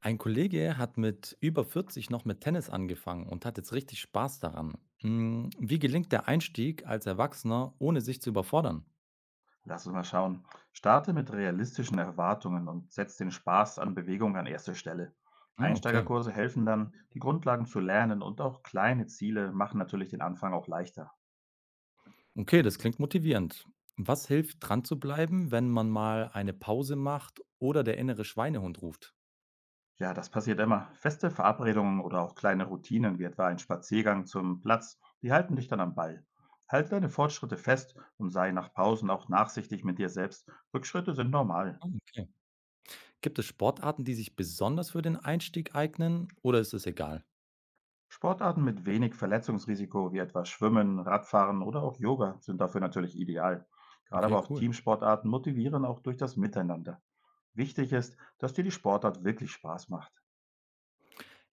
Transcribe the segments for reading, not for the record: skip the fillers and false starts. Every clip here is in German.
Ein Kollege hat mit über 40 noch mit Tennis angefangen und hat jetzt richtig Spaß daran. Wie gelingt der Einstieg als Erwachsener, ohne sich zu überfordern? Lass uns mal schauen. Starte mit realistischen Erwartungen und setz den Spaß an Bewegung an erste Stelle. Ah, okay. Einsteigerkurse helfen dann, die Grundlagen zu lernen und auch kleine Ziele machen natürlich den Anfang auch leichter. Okay, das klingt motivierend. Was hilft, dran zu bleiben, wenn man mal eine Pause macht oder der innere Schweinehund ruft? Ja, das passiert immer. Feste Verabredungen oder auch kleine Routinen, wie etwa ein Spaziergang zum Platz, die halten dich dann am Ball. Halte deine Fortschritte fest und sei nach Pausen auch nachsichtig mit dir selbst. Rückschritte sind normal. Ah, okay. Gibt es Sportarten, die sich besonders für den Einstieg eignen oder ist es egal? Sportarten mit wenig Verletzungsrisiko wie etwa Schwimmen, Radfahren oder auch Yoga sind dafür natürlich ideal. Gerade Okay, aber auch cool. Teamsportarten motivieren auch durch das Miteinander. Wichtig ist, dass dir die Sportart wirklich Spaß macht.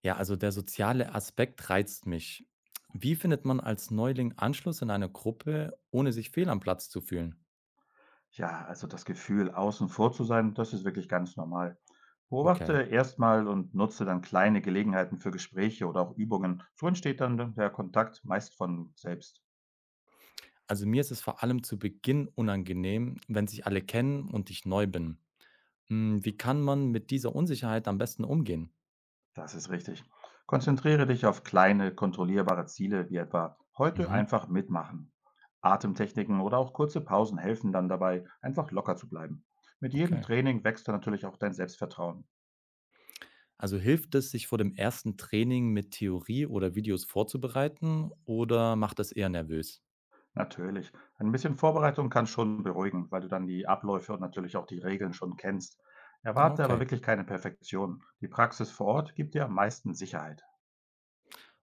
Ja, also der soziale Aspekt reizt mich. Wie findet man als Neuling Anschluss in einer Gruppe, ohne sich fehl am Platz zu fühlen? Ja, also das Gefühl, außen vor zu sein, das ist wirklich ganz normal. Okay. Beobachte erstmal und nutze dann kleine Gelegenheiten für Gespräche oder auch Übungen. So entsteht dann der Kontakt meist von selbst. Also mir ist es vor allem zu Beginn unangenehm, wenn sich alle kennen und ich neu bin. Wie kann man mit dieser Unsicherheit am besten umgehen? Das ist richtig. Konzentriere dich auf kleine, kontrollierbare Ziele, wie etwa heute Mhm. einfach mitmachen. Atemtechniken oder auch kurze Pausen helfen dann dabei, einfach locker zu bleiben. Mit jedem Okay. Training wächst dann natürlich auch dein Selbstvertrauen. Also hilft es, sich vor dem ersten Training mit Theorie oder Videos vorzubereiten oder macht das eher nervös? Natürlich, ein bisschen Vorbereitung kann schon beruhigen, weil du dann die Abläufe und natürlich auch die Regeln schon kennst. Ah, Erwarte aber okay. wirklich keine Perfektion. Die Praxis vor Ort gibt dir am meisten Sicherheit.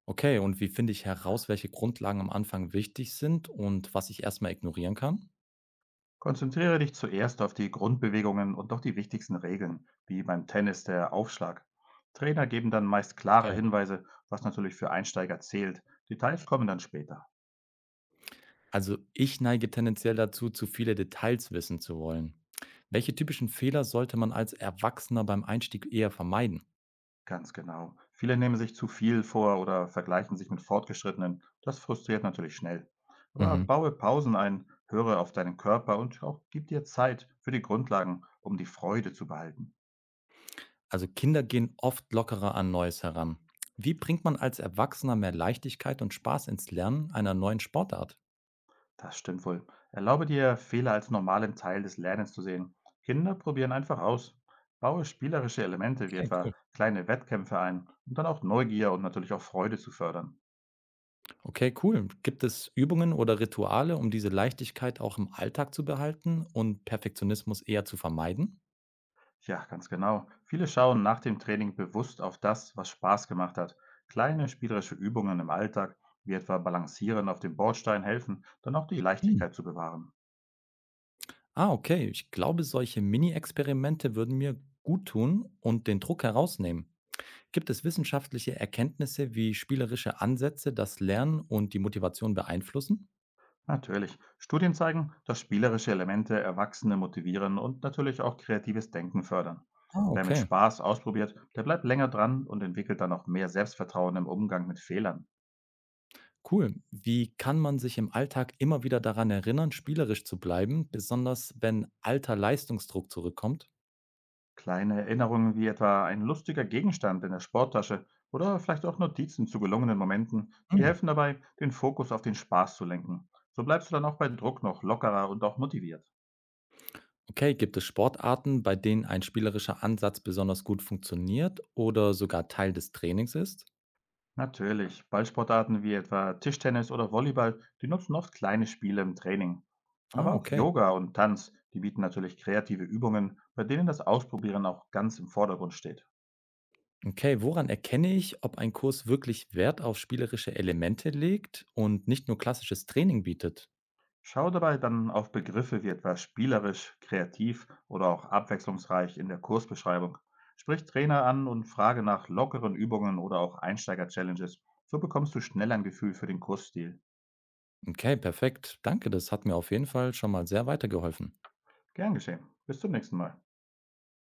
Okay, und wie finde ich heraus, welche Grundlagen am Anfang wichtig sind und was ich erstmal ignorieren kann? Konzentriere dich zuerst auf die Grundbewegungen und auch die wichtigsten Regeln, wie beim Tennis der Aufschlag. Trainer geben dann meist klare Okay. Hinweise, was natürlich für Einsteiger zählt. Details kommen dann später. Also ich neige tendenziell dazu, zu viele Details wissen zu wollen. Welche typischen Fehler sollte man als Erwachsener beim Einstieg eher vermeiden? Ganz genau. Viele nehmen sich zu viel vor oder vergleichen sich mit Fortgeschrittenen. Das frustriert natürlich schnell. Aber Mhm. baue Pausen ein, höre auf deinen Körper und auch gib dir Zeit für die Grundlagen, um die Freude zu behalten. Also Kinder gehen oft lockerer an Neues heran. Wie bringt man als Erwachsener mehr Leichtigkeit und Spaß ins Lernen einer neuen Sportart? Das stimmt wohl. Erlaube dir, Fehler als normalen Teil des Lernens zu sehen. Kinder probieren einfach aus. Baue spielerische Elemente wie Okay, cool. etwa kleine Wettkämpfe ein, um dann auch Neugier und natürlich auch Freude zu fördern. Okay, cool. Gibt es Übungen oder Rituale, um diese Leichtigkeit auch im Alltag zu behalten und Perfektionismus eher zu vermeiden? Ja, ganz genau. Viele schauen nach dem Training bewusst auf das, was Spaß gemacht hat. Kleine spielerische Übungen im Alltag, wie etwa Balancieren auf dem Bordstein, helfen, dann auch die Leichtigkeit zu bewahren. Ah, okay. Ich glaube, solche Mini-Experimente würden mir gut tun und den Druck herausnehmen. Gibt es wissenschaftliche Erkenntnisse, wie spielerische Ansätze das Lernen und die Motivation beeinflussen? Natürlich. Studien zeigen, dass spielerische Elemente Erwachsene motivieren und natürlich auch kreatives Denken fördern. Ah, Wer mit okay. Spaß ausprobiert, der bleibt länger dran und entwickelt dann auch mehr Selbstvertrauen im Umgang mit Fehlern. Cool. Wie kann man sich im Alltag immer wieder daran erinnern, spielerisch zu bleiben, besonders wenn alter Leistungsdruck zurückkommt? Kleine Erinnerungen wie etwa ein lustiger Gegenstand in der Sporttasche oder vielleicht auch Notizen zu gelungenen Momenten, die Hm. helfen dabei, den Fokus auf den Spaß zu lenken. So bleibst du dann auch bei Druck noch lockerer und auch motiviert. Okay, gibt es Sportarten, bei denen ein spielerischer Ansatz besonders gut funktioniert oder sogar Teil des Trainings ist? Natürlich, Ballsportarten wie etwa Tischtennis oder Volleyball, die nutzen oft kleine Spiele im Training. Ah, Aber auch okay. Yoga und Tanz, die bieten natürlich kreative Übungen, bei denen das Ausprobieren auch ganz im Vordergrund steht. Okay, woran erkenne ich, ob ein Kurs wirklich Wert auf spielerische Elemente legt und nicht nur klassisches Training bietet? Schau dabei dann auf Begriffe wie etwa spielerisch, kreativ oder auch abwechslungsreich in der Kursbeschreibung. Sprich Trainer an und frage nach lockeren Übungen oder auch Einsteiger-Challenges. So bekommst du schnell ein Gefühl für den Kursstil. Okay, perfekt. Danke, das hat mir auf jeden Fall schon mal sehr weitergeholfen. Gern geschehen. Bis zum nächsten Mal.